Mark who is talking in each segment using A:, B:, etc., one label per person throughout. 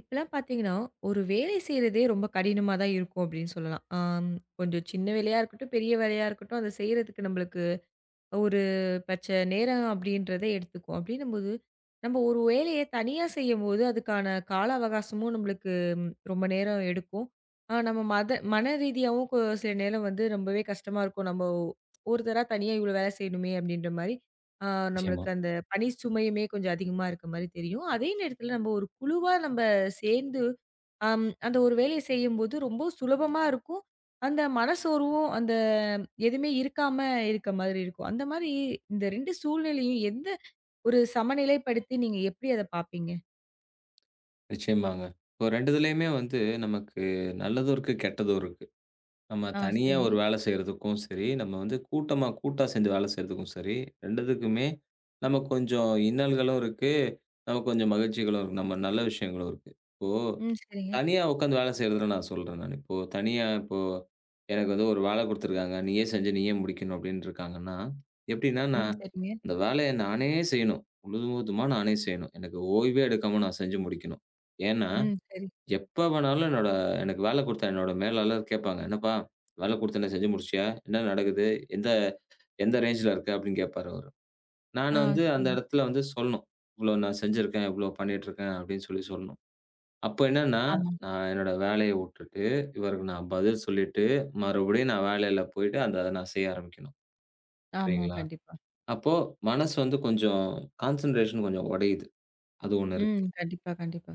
A: இப்பலாம் பார்த்தீங்கன்னா, ஒரு வேலை செய்றதே ரொம்ப கடினமா தான் இருக்கும் அப்படின்னு சொல்லலாம். ஆம், கொஞ்சம் சின்ன வேலையா இருக்கட்டும், பெரிய வேலையா இருக்கட்டும், அத செய்றதுக்கு நம்மளுக்கு ஒரு பச்ச நேரம் அப்படின்றத எடுத்துக்கும். அப்படின்னும்போது, நம்ம ஒரு வேலைய தனியா செய்யும்போது, அதுக்கான கால அவகாசமும் நம்மளுக்கு ரொம்ப நேரம் எடுக்கும். நம்ம மன ரீதியாவும் சில நேரம் வந்து ரொம்பவே கஷ்டமா இருக்கும். நம்ம ஒருத்தரா தனியா இவ்வளோ வேலை செய்யணுமே அப்படின்ற மாரி, ஆ
B: நிச்சயமா,
A: நம்மளுக்கு அந்த பணி சுமையுமே கொஞ்சம் அதிகமா இருக்க மாரி தெரியும். அதே நேரத்தில நம்ம ஒரு குழுவா நம்ம சேர்ந்து, அந்த ஒரு வேலைய செய்யும்போது ரொம்ப சுலபமா இருக்கும். அந்த மனசோர்வும் அந்த எதுவுமே இருக்காம இருக்க மாதிரி இருக்கும். அந்த மாரி இந்த 2 சூழ்நிலையும் எந்த ஒரு சமநிலைப்படுத்தி நீங்க எப்படி அத பார்ப்பீங்க?
B: நிச்சயமாங்க. இப்போ 2 இதுலயுமே வந்து நமக்கு நல்லதும் இருக்கு, கெட்டதும் இருக்கு. நம்ம
A: ஆ
B: தனியா
A: சரிங்க.
B: ஒரு வேலை செய்றதுக்கும் சரி, நம்ம வந்து கூட்டமா கூட்டா சேர்ந்து வேலை செய்றதுக்கும் சரி, 2துக்குமே நமக்கு கொஞ்சம் இன்னல்களும் இருக்கு, நமக்கு கொஞ்சம் மகிழ்ச்சிகளும் இருக்கு. நம்ம நல்ல விஷயங்களும் இருக்கு. இப்போ
A: ம் சரிங்க.
B: தனியா உட்காந்து வேலை செய்றத நான் சொல்றேன் நானு. இப்போ தனியா இப்போ எனக்கு வந்து ஒரு வேலை குடுத்துருக்காங்க. நீயே செஞ்சு நீயே முடிக்கணும் அப்டின்னு இருக்காங்கன்னா, எப்டின்னா
A: ம்
B: நான்
A: சரிங்க.
B: அந்த வேலைய நானே செய்யணும். முழுவதுமா நானே செய்யணும். எனக்கு ஓய்வே எடுக்காம நான் செஞ்சு முடிக்கணும். ஏன்னா,
A: ம் சரி.
B: எப்ப வேணாலும் என்னோட எனக்கு வேலை குடுத்த என்னோட மேலாளர் கேட்பாங்க. "என்னப்பா வேலை குடுத்தேனே செஞ்சு முடிச்சிட்டியா? என்ன நடக்குது? எந்த எந்த ரேஞ்ச்ல இருக்க?" அப்டின்னு கேட்பாரு அவரு.
A: ஆ
B: நான் வந்து அந்த
A: சரிங்க.
B: இடத்துல வந்து சொல்லணும். "இவ்ளோ நான் செஞ்சிருக்கேன், இவ்ளோ பண்ணிட்டுருக்கேன்" அப்டின்னு சொல்லி சொல்லணும். அப்ப என்னன்னா,
A: ஆமா,
B: நான் என்னோட வேலைய வுட்டுட்டு, இவருக்கு நான் பதில் சொல்லிட்டு, மறுபடியும் நான் வேலையில போயிட்டு அந்த அத நான் செய்ய ஆரம்பிக்கணும்.
A: ஆமா.
B: சரிங்களா?
A: கண்டிப்பா.
B: அப்போ மனசு வந்து கொஞ்சம் கான்சன்ட்ரேஷன் கொஞ்சம் உடையுது. அது ஒண்ணு இருக்கு.
A: ம். கண்டிப்பா, கண்டிப்பா.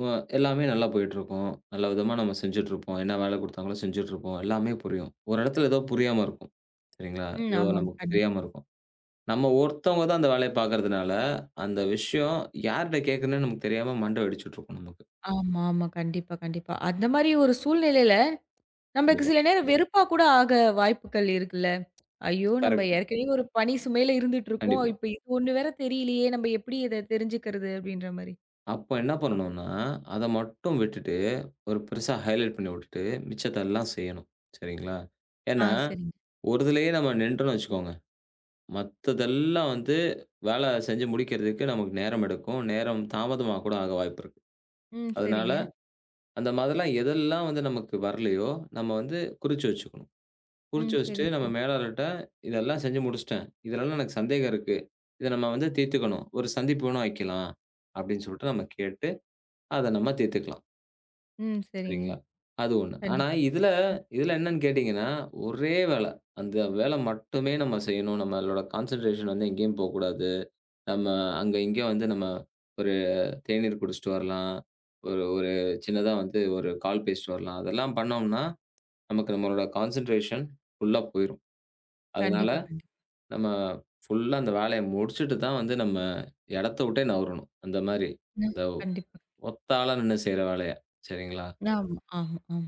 B: வ எல்லாமே நல்லா போயிட்டுருக்கும். நல்ல விதமா நம்ம செஞ்சுட்டுருப்போம். என்ன வேலை குடுத்தாங்களோ செஞ்சுட்டுருப்போம். எல்லாமே புரியும். ஒரு இடத்துல ஏதோ புரியாம இருக்கும். சரிங்களா?
A: ம்.
B: ஏதோ
A: ஆமாங்க.
B: நமக்கு
A: கண்டிப்பா.
B: தெரியாம இருக்கும். நம்ம ஒருத்தவங்க தான் அந்த வேலைய பார்க்கறதுனால, அந்த விஷயம் யார்ட்ட கேட்கணும்னு நமக்கு தெரியாம மண்ட வெடிச்சுட்டுருக்கும் நமக்கு.
A: ஆமா, ஆமா. கண்டிப்பா, கண்டிப்பா. அந்த மாரி ஒரு சூழ்நிலையில நமக்கு
B: கண்டிப்பா.
A: சில நேரம் வெறுப்பா கூட ஆக வாய்ப்புகள் இருக்குல்ல. ஐயோ! நம்ம
B: கரெக்ட்.
A: ஏற்கனவே ஒரு பணி சுமையில இருந்துட்டு இருக்கோம்.
B: கண்டிப்பா.
A: இப்ப இது ஒண்ணு வேற தெரியலையே! நம்ம எப்படி இத தெரிஞ்சுக்கிறது? அப்படின்ற மாரி.
B: அப்ப என்ன பண்ணணும்னா, அத மட்டும் விட்டுட்டு, ஒரு பெருசா ஹைலைட் பண்ணி விட்டுட்டு, மிச்சத்தெல்லாம் செய்யணும். சரிங்களா?
A: ஆ
B: ஏன்னா,
A: சரிங்க.
B: ஒரு இதுலயே நம்ம நின்ட்டோம்னு வச்சுக்கோங்க, மத்ததெல்லாம் வந்து வேல செஞ்சு முடிக்கிறதுக்கு நமக்கு நேரம் எடுக்கும். நேரம் தாமதமா கூட ஆக வாய்ப்பிருக்கு.
A: ம்
B: அதனால,
A: சரிங்க.
B: அந்த மாதிரிலாம் எதெல்லாம் வந்து நமக்கு வரலையோ, நம்ம வந்து குறிச்சு வச்சுக்கணும். குறிச்சு
A: ம். சரி,
B: வச்சுட்டு நம்ம
A: சரி.
B: மேலாளர்ட்ட, "இதெல்லாம் செஞ்சு முடிச்சுட்டேன். இதுலலாம் எனக்கு சந்தேகம் இருக்கு. இத நம்ம வந்து தீர்த்துக்கணும். ஒரு சந்திப்பு வேணா வைக்கலாம்." அப்படின்னு சொல்லிட்டு நம்ம கேட்டு, அத நம்ம தீர்த்துக்கலாம்.
A: ம். சரிங்க.
B: சரிங்களா? அது ஒண்ணு. ஆனா
A: கண்டிப்பா.
B: இதுல
A: ம்.
B: இதுல என்னன்னு கேட்டீங்கன்னா, ஒரே வேல. அந்த வேல மட்டுமே நம்ம செய்யணும். நம்மளோட கான்சன்ட்ரேஷன் வந்து எங்கேயும் போக்கூடாது. நம்ம அங்க இங்கேயும் வந்து நம்ம ஒரு தேநீர் குடிச்சிட்டு வரலாம். ஒரு ஒரு சின்னதா வந்து ஒரு கால் பேசிட்டு வரலாம். அதெல்லாம் பண்ணோம்னா, நமக்கு நம்மளோட கான்சன்ட்ரேஷன் ஃபுல்லா போயிரும். அதனால
A: கண்டிப்பா, கண்டிப்பா.
B: நம்ம ஃபுல்லா அந்த வேலைய முடிச்சுட்டு தான் வந்து நம்ம இடத்த விட்டே நகரணும். அந்த மாரி.
A: ம்.
B: அந்த
A: கண்டிப்பா.
B: ஒத்தாளா நின்னு செய்ற வேலைய. சரிங்களா?
A: ஆமா, ஆமா, ஆமா.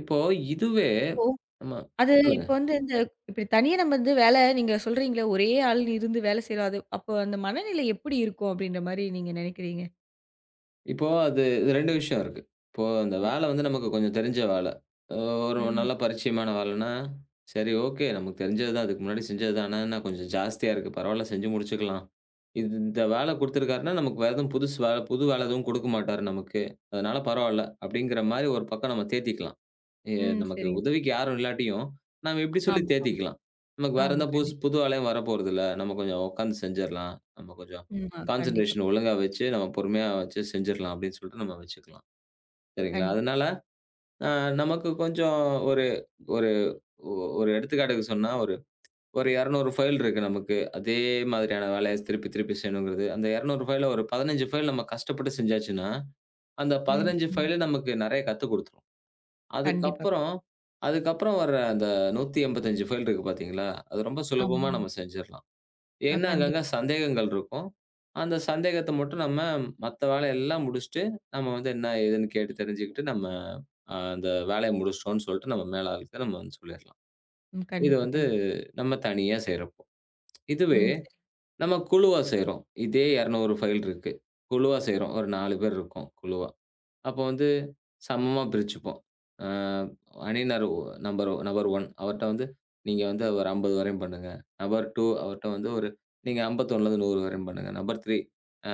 B: இப்போ இதுவே
A: இப்போ
B: நம்ம
A: அது இப்போ வந்து இந்த இப்படி தனியா நம்ம வந்து வேல நீங்க சொல்றீங்களே, ஒரே ஆள் இருந்து வேலை செய்றோம். அது அப்போ அந்த மனநிலை எப்படி இருக்கும்? அப்படின்ற மாரி நீங்க நெனைக்கிறீங்க?
B: இப்போ அது 2 விஷயம் இருக்கு. இப்போ அந்த
A: ம்,
B: வேலை வந்து நமக்கு கொஞ்சம் தெரிஞ்ச வேலை. அ ஒரு
A: ம்,
B: நல்ல பரிச்சயமான வேலைன்னா, சரி ஓகே நமக்கு தெரிஞ்சது தான். இதுக்கு முன்னாடி செஞ்சது தான். ஆனா என்ன கொஞ்சம் ஜாஸ்தியா இருக்கு. பரவால்ல செஞ்சு முடிச்சுக்கலாம். இது இந்த வேலை குடுத்துருக்காருன்னா, நமக்கு வேற எதுவும் புதுசு வேலை புது வேலை எதுவும் குடுக்க மாட்டாரு நமக்கு. அதனால பரவால்ல. அப்படிங்கிற மாரி ஒரு பக்கம் நம்ம தேத்திக்கலாம். எ
A: ம்.
B: நமக்கு
A: சரிங்க.
B: உதவிக்கு யாரும் இல்லாட்டியும், நம்ம இப்டி சொல்லி
A: ஆமா, ஆமா,
B: தேத்திக்கலாம். நமக்கு வேற
A: ஆமா.
B: எந்த புதுசு
A: கண்டிப்பா.
B: புது ஆளையும் வரப்போறதில்ல. நம்ம கொஞ்சம் உட்காந்து செஞ்சிரலாம். நம்ம கொஞ்சம்
A: ம். ஆ கண்டிப்பா,
B: கான்சன்ட்ரேஷன்
A: கண்டிப்பா.
B: ஒழுங்கா வச்சு, நம்ம பொறுமையா வச்சு செஞ்சிரலாம் அப்டின்னு சொல்லிட்டு நம்ம வச்சுக்கலாம். சரிங்களா?
A: கண்டிப்பா.
B: அதனால அ நமக்கு கொஞ்சம் ஒரு ஒரு ஒ- ஒரு எடுத்துக்காட்டுக்கு சொன்னா, ஒரு ஒரு 200 ஃபைல் இருக்கு நமக்கு. அதே மாதிரியான வேலைய திருப்பி திருப்பி செய்யணுங்கிறது. அந்த 200 ஃபைல்ல ஒரு 15 ஃபைல் நம்ம கஷ்டப்பட்டு செஞ்சாச்சுன்னா, அந்த
A: ம்.
B: 15
A: ஆமாங்க.
B: ஃபைலு நமக்கு நெறைய கத்துக் குடுத்துரும்.
A: கண்டிப்பா,
B: அதுக்கப்புறம்
A: கண்டிப்பா.
B: அதுக்கப்புறம் வர்ற அந்த 185 ஃபைல் இருக்கு பார்த்தீங்களா, அது ரொம்ப
A: ஆமா,
B: சுலபமா
A: ஆமா.
B: நம்ம செஞ்சிரலாம்.
A: ஆ
B: ஏன்னா, அங்கங்க
A: கண்டிப்பா.
B: சந்தேகங்கள் இருக்கும். அந்த சந்தேகத்த மட்டும் நம்ம மத்த வேலையெல்லாம் முடிச்சுட்டு, நம்ம வந்து என்ன ஏதுன்னு கேட்டு தெரிஞ்சுக்கிட்டு, நம்ம அந்த வேலைய முடிச்சிட்டோம்ன்னு சொல்லிட்டு நம்ம மேலாளுக்கு நம்ம வந்து சொல்லிரலாம்.
A: ம்.
B: இது
A: கண்டிப்பா,
B: வந்து
A: கண்டிப்பா.
B: நம்ம தனியா செய்றப்போ. இதுவே
A: ம். சரி.
B: நம்ம குழுவா செய்றோம். இதே 200 ஃபைல் இருக்கு. குழுவா செய்றோம். ஒரு 4 பேர் இருக்கோம் குழுவா. அப்போ வந்து சமமா பிரிச்சுப்போம். அ அணியினர் நம்பர் நபர் 1 அவர்ட்ட வந்து, நீங்க வந்து ஒரு 50 வரையும் பண்ணுங்க. நபர் 2 அவர்ட்ட வந்து ஒரு நீங்க 51லருந்து 100 வரையும் பண்ணுங்க. நபர் 3 அ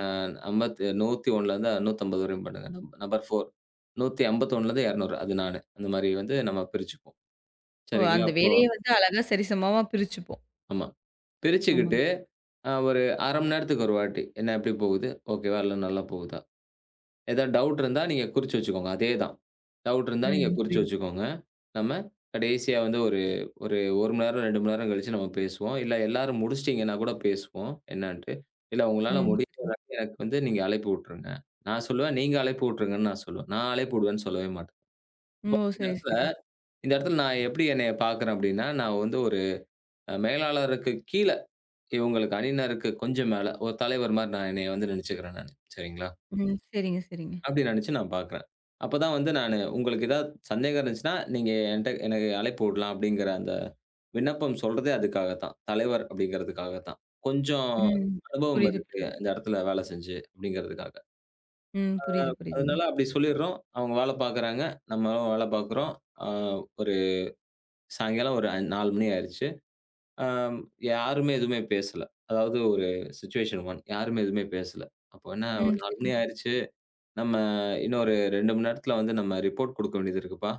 B: 101லருந்து 150 வரையும் பண்ணுங்க. நம்பர் 4 151லருந்து 200 அது நானு. அந்த மாரி வந்து நம்ம பிரிச்சுப்போம்.
A: ஓ!
B: சரிங்களா?
A: அந்த
B: அப்போ
A: வேலைய வந்து அழகா சரிசமமா பிரிச்சுப்போம்.
B: ஆமா.
A: ஆமாங்க.
B: பிரிச்சுக்கிட்டு ஒரு 1/2 மணி நேரத்துக்கு ஒரு வாட்டி, என்ன எப்படி போகுது? ஓகேவா? இல்ல நல்லா போகுதா? ஏதா டவுட் இருந்தா நீங்க குறிச்சு வச்சுக்கோங்க. அதேதான். டவுட் இருந்தா நீங்க
A: ம்.
B: குறிச்சு
A: புரியுது, புரியுது.
B: வச்சுக்கோங்க. நம்ம கடைசியா வந்து ஒரு ஒரு 1 மணி நேரம், 2 மணி நேரம் கழிச்சு நம்ம பேசுவோம். இல்ல எல்லாரும் முடிச்சுட்டீங்கன்னா கூட பேசுவோம் என்னான்ட்டு. இல்ல உங்களால
A: ம்.
B: முடியல எனக்கு வந்து நீங்க அழைப்பு விட்டுருங்க. நான் சொல்லுவேன், நீங்க அழைப்பு விட்டுருங்கன்னு நான் சொல்லுவேன். நான் அழைப்பு விடுவேன்னு சொல்லவே மாட்டேன். இப்போ
A: ஓ!
B: இந்த
A: சரி,
B: இடத்துல
A: சரி.
B: இந்த இடத்துல நான் எப்படி என்னைய பார்க்கிறேன் அப்படின்னா, நான் வந்து ஒரு மேலாளருக்கு கீழ இவங்களுக்கு அணியினருக்கு கொஞ்சம் மேல ஒரு தலைவர் மாரி நான் என்னைய வந்து நினைச்சுக்கிறேன் நானு. சரிங்களா?
A: ம். சரிங்க, சரிங்க.
B: அப்படி நெனச்சு நான் பாக்குறேன். அப்பதான் வந்து நானு உங்களுக்கு ஏதாவது சந்தேகம் இருந்துச்சுன்னா, நீங்க என்ட்ட எனக்கு அழைப்பு விடலாம் அப்படிங்கிற அந்த விண்ணப்பம் சொல்றதே அதுக்காக தான். தலைவர் அப்படிங்கிறதுக்காக தான். கொஞ்சம்
A: ம்.
B: அனுபவம்
A: புரியுது,
B: இருக்கு
A: புரியுது.
B: இந்த இடத்துல வேலை செஞ்சு அப்படிங்கிறதுக்காக.
A: ம்.
B: அ
A: புரியுது, புரியுதுங்க.
B: அதனால அப்படி சொல்லிடுறோம். அவங்க வேலை பாக்குறாங்க. நம்மளும் வேலை பாக்குறோம். அ ஒரு சாயங்காலம் ஒரு 4 மணி ஆயிருச்சு. அ யாருமே எதுவுமே பேசல. அதாவது ஒரு சிச்சுவேஷன் 1 யாருமே எதுவுமே பேசல. அப்போ என்ன ஒரு
A: ம்.
B: 4 மணி
A: சரிங்க.
B: ஆயிருச்சு. நம்ம இன்னொரு 2 மணி நேரத்துல வந்து நம்ம ரிப்போர்ட் குடுக்க வேண்டியது இருக்குப்பா.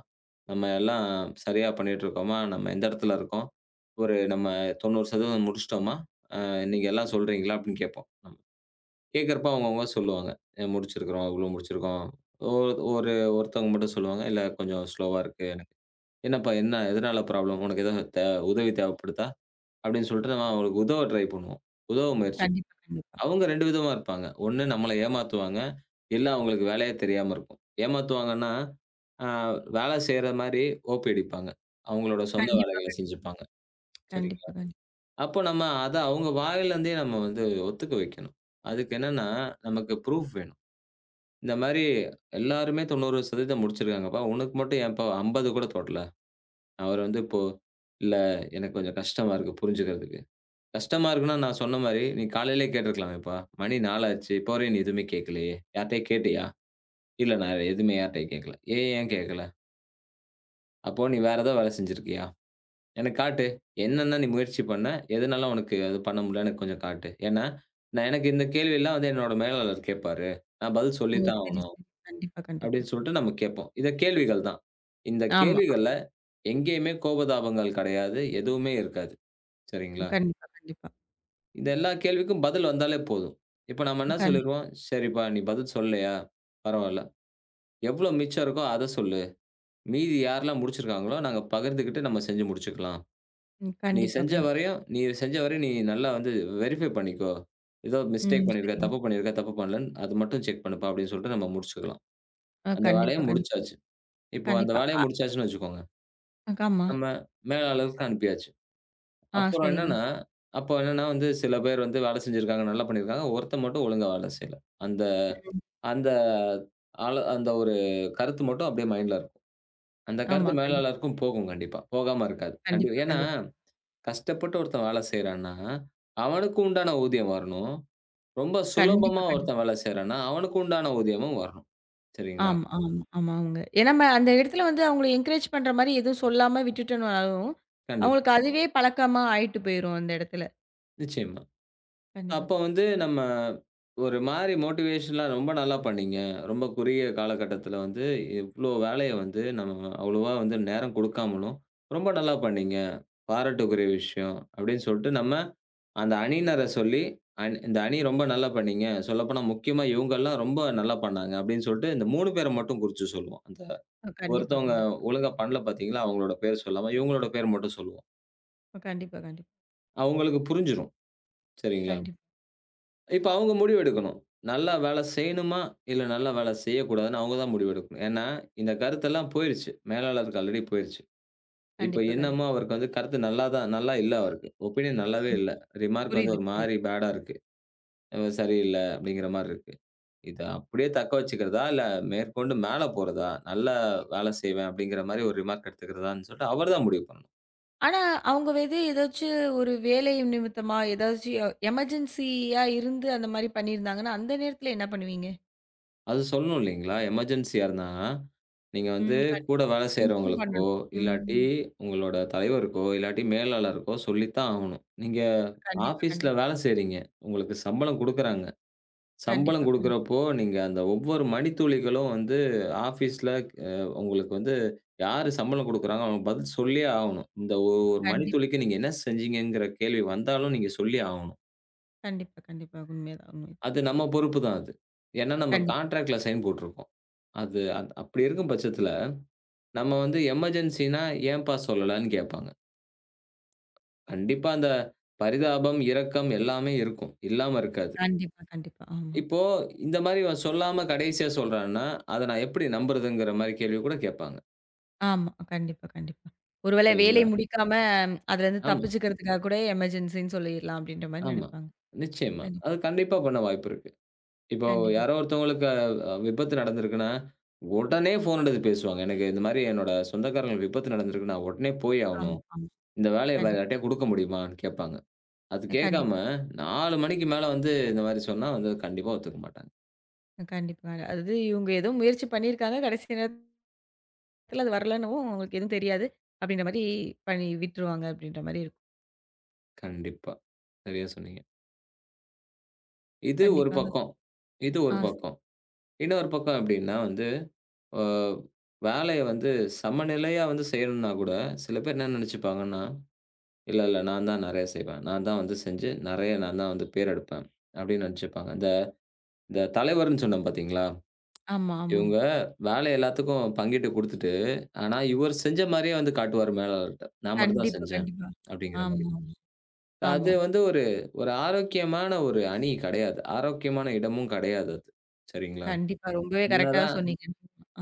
B: நம்ம எல்லாம் சரியா பண்ணிட்டுருக்கோமா? நம்ம எந்த இடத்துல இருக்கோம்? ஒரு நம்ம 90% முடிச்சுட்டோமா? நீங்க எல்லாம் சொல்றீங்களா? அப்படின்னு கேட்போம். நம்ம கேட்கிறப்ப அவங்கவங்க சொல்லுவாங்க. முடிச்சிருக்கிறோம், இவ்வளோ முடிச்சிருக்கோம். ஒ ஒரு ஒருத்தவங்க மட்டும் சொல்லுவாங்க, இல்ல கொஞ்சம் ஸ்லோவா இருக்கு எனக்கு. என்னப்பா என்ன? எதனால ப்ராப்ளம்? உனக்கு எதுவும் உதவி தேவைப்படுதா? அப்படின்னு சொல்லிட்டு நம்ம அவங்களுக்கு உதவ ட்ரை பண்ணுவோம். உதவ முயற்சி
A: கண்டிப்பா, கண்டிப்பா.
B: அவங்க 2 விதமா இருப்பாங்க. ஒண்ணு நம்மள ஏமாத்துவாங்க. இல்ல அவங்களுக்கு வேலையே தெரியாம இருக்கும். ஏமாத்துவாங்கன்னா, அ வேலை செய்ற மாரி ஓபி அடிப்பாங்க. அவங்களோட சொந்த
A: கண்டிப்பா,
B: வேலைகள செஞ்சுப்பாங்க.
A: கண்டிப்பா,
B: சரிங்களா?
A: கண்டிப்பா.
B: அப்போ நம்ம அத அவங்க வாயிலருந்தே நம்ம வந்து ஒத்துக்க வைக்கணும். அதுக்கு என்னன்னா, நமக்கு ப்ரூஃப் வேணும். இந்த மாரி எல்லாருமே 90% முடிச்சிருக்காங்கப்பா. உனக்கு மட்டும் ஏன்ப்பா 50 கூட தொடல? அவரு வந்து இப்போ, "இல்ல எனக்கு கொஞ்சம் கஷ்டமா இருக்கு புரிஞ்சுக்கிறதுக்கு." கஷ்டமா இருக்குன்னா, நான் சொன்ன மாரி, நீ காலையிலே கேட்டுருக்கலாமேப்பா! மணி 4 ஆச்சு. இப்போ வரையும் நீ எதுவுமே கேட்கலையே! யார்ட்டயும் கேட்டியா? இல்ல நான் எதுவுமே யார்ட்டயும் கேட்கல. ஏன், ஏன் கேட்கல? அப்போ நீ வேற ஏதாவது வேலை செஞ்சிருக்கியா? எனக்கு காட்டு. என்னென்ன நீ முயற்சி பண்ண? எதனால உனக்கு அது பண்ண முடியல? எனக்கு கொஞ்சம் காட்டு. ஏன்னா, நான் எனக்கு இந்த கேள்வியெல்லாம் வந்து என்னோட மேலாளர் கேட்பாரு. நான் பதில்
A: ஓ!
B: சொல்லி தான்
A: சரி,
B: ஆகணும்.
A: சரி. கண்டிப்பா, கண்டிப்பா.
B: அப்படின்னு சொல்லிட்டு நம்ம கேட்போம். இத கேள்விகள் தான். இந்த
A: ஆமா.
B: கேள்விகள்ல எங்கேயுமே கோபதாபங்கள் கிடையாது. எதுவுமே இருக்காது. சரிங்களா?
A: கண்டிப்பா, கண்டிப்பா.
B: இந்த எல்லா கேள்விக்கும் பதில் வந்தாலே போதும். இப்ப நம்ம என்ன
A: கண்டி
B: சொல்லிருவோம், "சரிப்பா நீ பதில் சொல்லலையா? பரவால்ல. எவ்ளோ மிச்சம் இருக்கோ அத சொல்லு. மீதி யாரெல்லாம் முடிச்சிருக்காங்களோ, நாங்க பகிர்ந்துக்கிட்டு நம்ம செஞ்சு முடிச்சுக்கலாம்.
A: ம்.
B: நீ
A: கண்டிப்பா,
B: செஞ்ச
A: கண்டிப்பா.
B: வரையும் நீ செஞ்ச வரையும் நீ நல்லா வந்து வெரிஃபை பண்ணிக்கோ. ஏதோ மிஸ்டேக்
A: ம்.
B: பண்ணியிருக்க,
A: சரிங்க.
B: தப்பு பண்ணியிருக்க, தப்பு பண்ணலன்னு அது மட்டும் செக் பண்ணுப்பா" அப்படின்னு சொல்லிட்டு நம்ம முடிச்சுக்கலாம்.
A: ஆ
B: அந்த வேலைய
A: கண்டிப்பா, கண்டிப்பா.
B: முடிச்சாச்சு. இப்போ அந்த
A: கண்டிப்பா.
B: வேலைய முடிச்சாச்சுன்னு வச்சுக்கோங்க.
A: ஆமா.
B: நம்ம மேலாளருக்கு அனுப்பியாச்சு.
A: ஆ
B: அப்புறம்
A: சரிங்க.
B: என்னன்னா, அப்போ என்னன்னா வந்து சில பேர் வந்து வேலை செஞ்சிருக்காங்க, நல்லா பண்ணியிருக்காங்க. ஒருத்தன் மட்டும் ஒழுங்கா வேலை செய்யல. அந்த
A: ம்.
B: அந்த ஆள அந்த ஒரு கருத்து மட்டும் அப்படியே மைண்ட்ல இருக்கும். அந்த
A: ஆமா.
B: கருத்து
A: கண்டிப்பா,
B: மேலாளருக்கும் போகும் கண்டிப்பா. போகாம இருக்காது. கண்டிப்பா
A: கண்டிப்பா,
B: ஏன்னா,
A: கண்டிப்பா.
B: கஷ்டப்பட்டு ஒருத்தன் வேலை செய்றான்னா, அவனுக்கு உண்டான ஊதியம் வரணும். ரொம்ப
A: கண்டிப்பா,
B: சுலபமா
A: கண்டிப்பா.
B: ஒருத்தன் வேலை செய்றான்னா, அவனுக்கு உண்டான ஊதியமும் வரணும். சரிங்களா?
A: ஆமா, ஆமா, ஆமா. அவங்க ஏன்னா நம்ம அந்த இடத்துல வந்து அவங்கள என்கரேஜ் பண்ற மாரி எதுவும் சொல்லாம விட்டுட்டோம்னாலும்,
B: கண்டிப்பா.
A: அவங்களுக்கு அதுவே பழக்கமா ஆயிட்டு போயிரும் அந்த இடத்துல.
B: நிச்சயமா.
A: கண்டிப்பா.
B: அப்ப வந்து நம்ம ஒரு மாரி மோட்டிவேஷன்லா ரொம்ப நல்லா பண்ணீங்க. ரொம்ப குறுகிய காலகட்டத்தில வந்து இவ்ளோ வேலைய வந்து நம்ம அவ்வளவா வந்து நேரம் குடுக்காமலும், ரொம்ப நல்லா பண்ணீங்க. பாராட்டுக்குரிய விஷயம் அப்படின்னு சொல்ட்டு நம்ம அந்த அணியினர சொல்லி, இந்த அணி ரொம்ப நல்லா பண்ணீங்க. சொல்லப்போனா முக்கியமா இவங்கலாம் ரொம்ப நல்லா பண்ணாங்க அப்படின்னு சொல்ட்டு இந்த 3 பேர மட்டும் குறிச்சு சொல்லுவோம். அந்த
A: கண்டிப்பா,
B: ஒருத்தவங்க
A: கண்டிப்பா.
B: ஒழுங்கா பண்ணல பார்த்தீங்களா? அவங்களோட பேர் சொல்லாம இவங்களோட பேர் மட்டும் சொல்லுவோம்.
A: கண்டிப்பா, கண்டிப்பா.
B: அவங்களுக்கு புரிஞ்சிரும். சரிங்களா?
A: கண்டிப்பா,
B: இப்ப அவங்க முடிவு எடுக்கணும். நல்லா வேலை செய்யணுமா? இல்ல நல்லா வேலை செய்யக்கூடாதுன்னு அவங்க தான் முடிவு எடுக்கணும். ஏன்னா, இந்த கருத்தெல்லாம் போயிருச்சு. மேலாளருக்கு ஆல்ரெடி போயிருச்சு. இப்ப
A: கண்டிப்பா,
B: என்னமோ
A: கண்டிப்பா.
B: அவருக்கு வந்து கருத்து நல்லா தான் நல்லா இல்ல அவருக்கு. ஒப்பீனியன் நல்லாவே இல்ல. ரிமார்க் வந்து
A: புரியுது,
B: ஒரு
A: புரியுது.
B: மாரி பேடா இருக்கு. சரியில்ல அப்படிங்கிற மாரி இருக்கு. இத அப்படியே தக்க வச்சுக்கிறதா? இல்ல மேற்கொண்டு மேல போறதா? நல்லா வேலை செய்வேன் அப்படிங்கிற மாரி ஒரு ரிமார்க் எடுத்துக்கிறதான்னு சொல்லிட்டு அவர் தான் முடிவு பண்ணணும்.
A: ஆனா அவங்க வந்து ஏதாச்சும் ஒரு வேலை நிமித்தமா ஏதாச்சும் எமர்ஜென்சியா இருந்து அந்த மாரி பண்ணியிருந்தாங்கன்னா, அந்த நேரத்துல என்ன பண்ணுவீங்க?
B: அது சொல்லணும் இல்லைங்களா? எமர்ஜென்சியா இருந்தா, நீங்க வந்து
A: ம்.
B: கூட
A: கண்டிப்பா.
B: வேலை
A: இன்ஃபார்ம்
B: செய்றவங்களுக்கோ,
A: பண்ணணும்.
B: இல்லாட்டி
A: ம்.
B: உங்களோட தலைவருக்கோ, இல்லாட்டி மேலாளருக்கோ சொல்லித்தான் ஆகணும். நீங்க
A: கண்டிப்பா,
B: ஆஃபீஸ்ல
A: கண்டிப்பா.
B: வேலை செய்றீங்க. உங்களுக்கு சம்பளம் குடுக்குறாங்க. சம்பளம்
A: கண்டிப்பா, கண்டிப்பா.
B: குடுக்குறப்போ, நீங்க அந்த ஒவ்வொரு மணித்துளிகளும் வந்து ஆஃபீஸ்ல அ உங்களுக்கு வந்து யாரு சம்பளம் குடுக்குறாங்க, அவங்க பதில் சொல்லியே ஆகணும். இந்த ஒரு
A: கண்டிப்பா,
B: மணித்துளிக்கு நீங்க என்ன செஞ்சீங்கங்கிற கேள்வி வந்தாலும் நீங்க சொல்லியே ஆகணும்.
A: கண்டிப்பா, கண்டிப்பா. உண்மைதான், உண்மை.
B: அது நம்ம பொறுப்பு தான் அது. ஏன்னா நம்ம
A: கண்டிப்பா.
B: கான்ட்ராக்ட்ல சைன் போட்டுருக்கோம். அது அப்படி இருக்கும் பட்சத்தில, நம்ம வந்து எமர்ஜென்சின்னா ஏன்பா சொல்லலன்னு கேட்பாங்க. கண்டிப்பா அந்த பரிதாபம், இரக்கம் எல்லாமே இருக்கும். இல்லாம இருக்காது.
A: கண்டிப்பா, கண்டிப்பா. ஆமா.
B: இப்போ இந்த மாரி இவன் சொல்லாம கடைசியா சொல்றான்னா, அத நான் எப்படி நம்புறதுங்கிற மாரி கேள்வி கூட கேட்பாங்க.
A: ஆமா. கண்டிப்பா, கண்டிப்பா. ஒருவேளை வேலை
B: சரிங்களா?
A: முடிக்காம அதுலருந்து
B: ஆமா,
A: தப்பிச்சுக்கிறதுக்காக கூட எமர்ஜென்சின்னு சொல்லிர்லாம் அப்படின்ற மாரி
B: ஆமா.
A: நினைப்பாங்க.
B: நிச்சயமா.
A: கண்டிப்பா,
B: அது கண்டிப்பா பண்ண வாய்ப்பு இருக்கு. இப்போ
A: கண்டிப்பா.
B: யாரோ ஒருத்தவங்களுக்கு விபத்து நடந்திருக்குன்னா, உடனே ஃபோன் எடுத்து பேசுவாங்க. எனக்கு இந்த மாரி என்னோட சொந்தக்காரங்களுக்கு விபத்து நடந்திருக்கு. நான் உடனே போய்
A: ஆமா,
B: ஆவணும்.
A: ஆமா.
B: இந்த வேலைய வேற
A: கண்டிப்பா.
B: யார்ட்டயா குடுக்க முடியுமான்னு கேட்பாங்க. அது கேட்காம
A: கண்டிப்பா,
B: 4 மணிக்கு மேல வந்து இந்த மாரி சொன்னா வந்து கண்டிப்பா ஒத்துக்க மாட்டாங்க.
A: கண்டிப்பா. அதாவது இவங்க ஏதோ முயற்சி பண்ணியிருக்காங்க. கடைசி நேரத்துல அது வரலன்னவும் அவங்களுக்கு எதுவும் தெரியாது. அப்படின்ற மாரி பண்ணி விட்டுருவாங்க அப்படின்ற மாரி இருக்கும்.
B: கண்டிப்பா. சரியா சொன்னீங்க. இது ஒரு
A: கண்டிப்பாங்க.
B: பக்கம். இது
A: ஆ
B: ஒரு பக்கம். இன்னொரு பக்கம் எப்படின்னா வந்து, அ வேலைய வந்து சமநிலையா வந்து செய்யணும்னா கூட, சில பேர் என்ன நெனச்சுப்பாங்கன்னா, "இல்ல, இல்ல நான் தான் நெறைய செய்வேன். நான் தான் வந்து செஞ்சு நெறைய நான் தான் வந்து பேர் எடுப்பேன்." அப்படின்னு நெனச்சுப்பாங்க. இந்த இந்த தலைவர்ன்னு சொன்னேன் பார்த்தீங்களா?
A: ஆமா, ஆமா.
B: இவங்க வேலை எல்லாத்துக்கும் பங்கிட்டு குடுத்துட்டு, ஆனா இவர் செஞ்ச மாரியே வந்து காட்டுவாரு மேலாளர்ட்ட. "நான் மட்டும் தான்
A: கண்டிப்பா,
B: செஞ்சேன்."
A: கண்டிப்பா.
B: அப்படிங்கிற மாரி.
A: ஆமா,
B: அது
A: ஆமா.
B: வந்து ஒரு ஒரு ஆரோக்கியமான ஒரு அணி கெடையாது. ஆரோக்கியமான இடமும் கெடையாது அது. சரிங்களா?
A: கண்டிப்பா. ரொம்பவே கரெக்ட்டா
B: என்னதான்
A: சொன்னீங்க.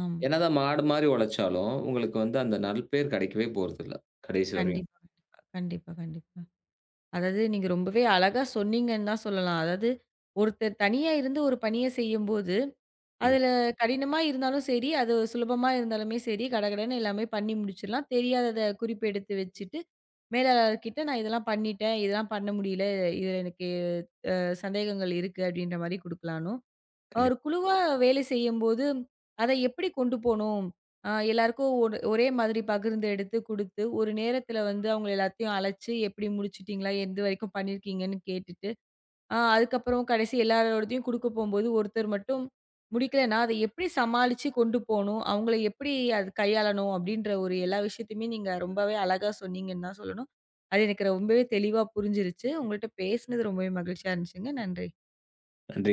A: ஆமா.
B: என்னதான் மாடு மாரி உழைச்சாலும், உங்களுக்கு வந்து அந்த நற்பேர் கெடைக்கவே போறதில்ல. கடைசி வரையும்.
A: கண்டிப்பா, கண்டிப்பா. கண்டிப்பா, கண்டிப்பா. அதாவது நீங்க ரொம்பவே அழகா சொன்னீங்கன்னு தான் சொல்லலாம். அதாவது ஒருத்தர் தனியா இருந்து ஒரு பணிய செய்யும்போது,
B: கண்டிப்பா,
A: அதுல கடினமா இருந்தாலும் சரி, அது சுலபமா இருந்தாலுமே சரி, கடகடன்னு எல்லாமே பண்ணி முடிச்சிடலாம். தெரியாதத குறிப்பெடுத்து வச்சுட்டு, மேலாளர்கிட்ட நான் இதெல்லாம் பண்ணிட்டேன், இதெல்லாம் பண்ண முடியல, இதுல எனக்கு சந்தேகங்கள் இருக்கு அப்படின்ற மாரி குடுக்கலானும். ஒரு
B: கண்டிப்பா.
A: குழுவா வேலை செய்யும்போது, அதை எப்படி கொண்டு போணும்? எல்லாருக்கும் ஒரே மாதிரி பகிர்ந்து எடுத்து குடுத்து, ஒரு நேரத்தில வந்து அவங்க எல்லாத்தையும் அழைச்சு, எப்படி முடிச்சுட்டீங்களா? எந்த வரைக்கும் பண்ணியிருக்கீங்கன்னு கேட்டுட்டு, அதுக்கப்புறம் கடைசி எல்லாரோடதையும் குடுக்க போம்போது, ஒருத்தர் மட்டும் முடிக்கலன்னா, அதை எப்படி சமாளிச்சு கொண்டு போணும்? அவங்கள எப்படி அது கையாளணும்? அப்படின்ற ஒரு எல்லா விஷயத்தையுமே நீங்க ரொம்பவே அழகா சொன்னீங்கன்னு தான் சொல்லணும். அது எனக்கு ரொம்பவே தெளிவா புரிஞ்சிருச்சு. உங்கள்ட்ட பேசினது ரொம்பவே மகிழ்ச்சியா இருந்துச்சுங்க. நன்றி.
B: நன்றி.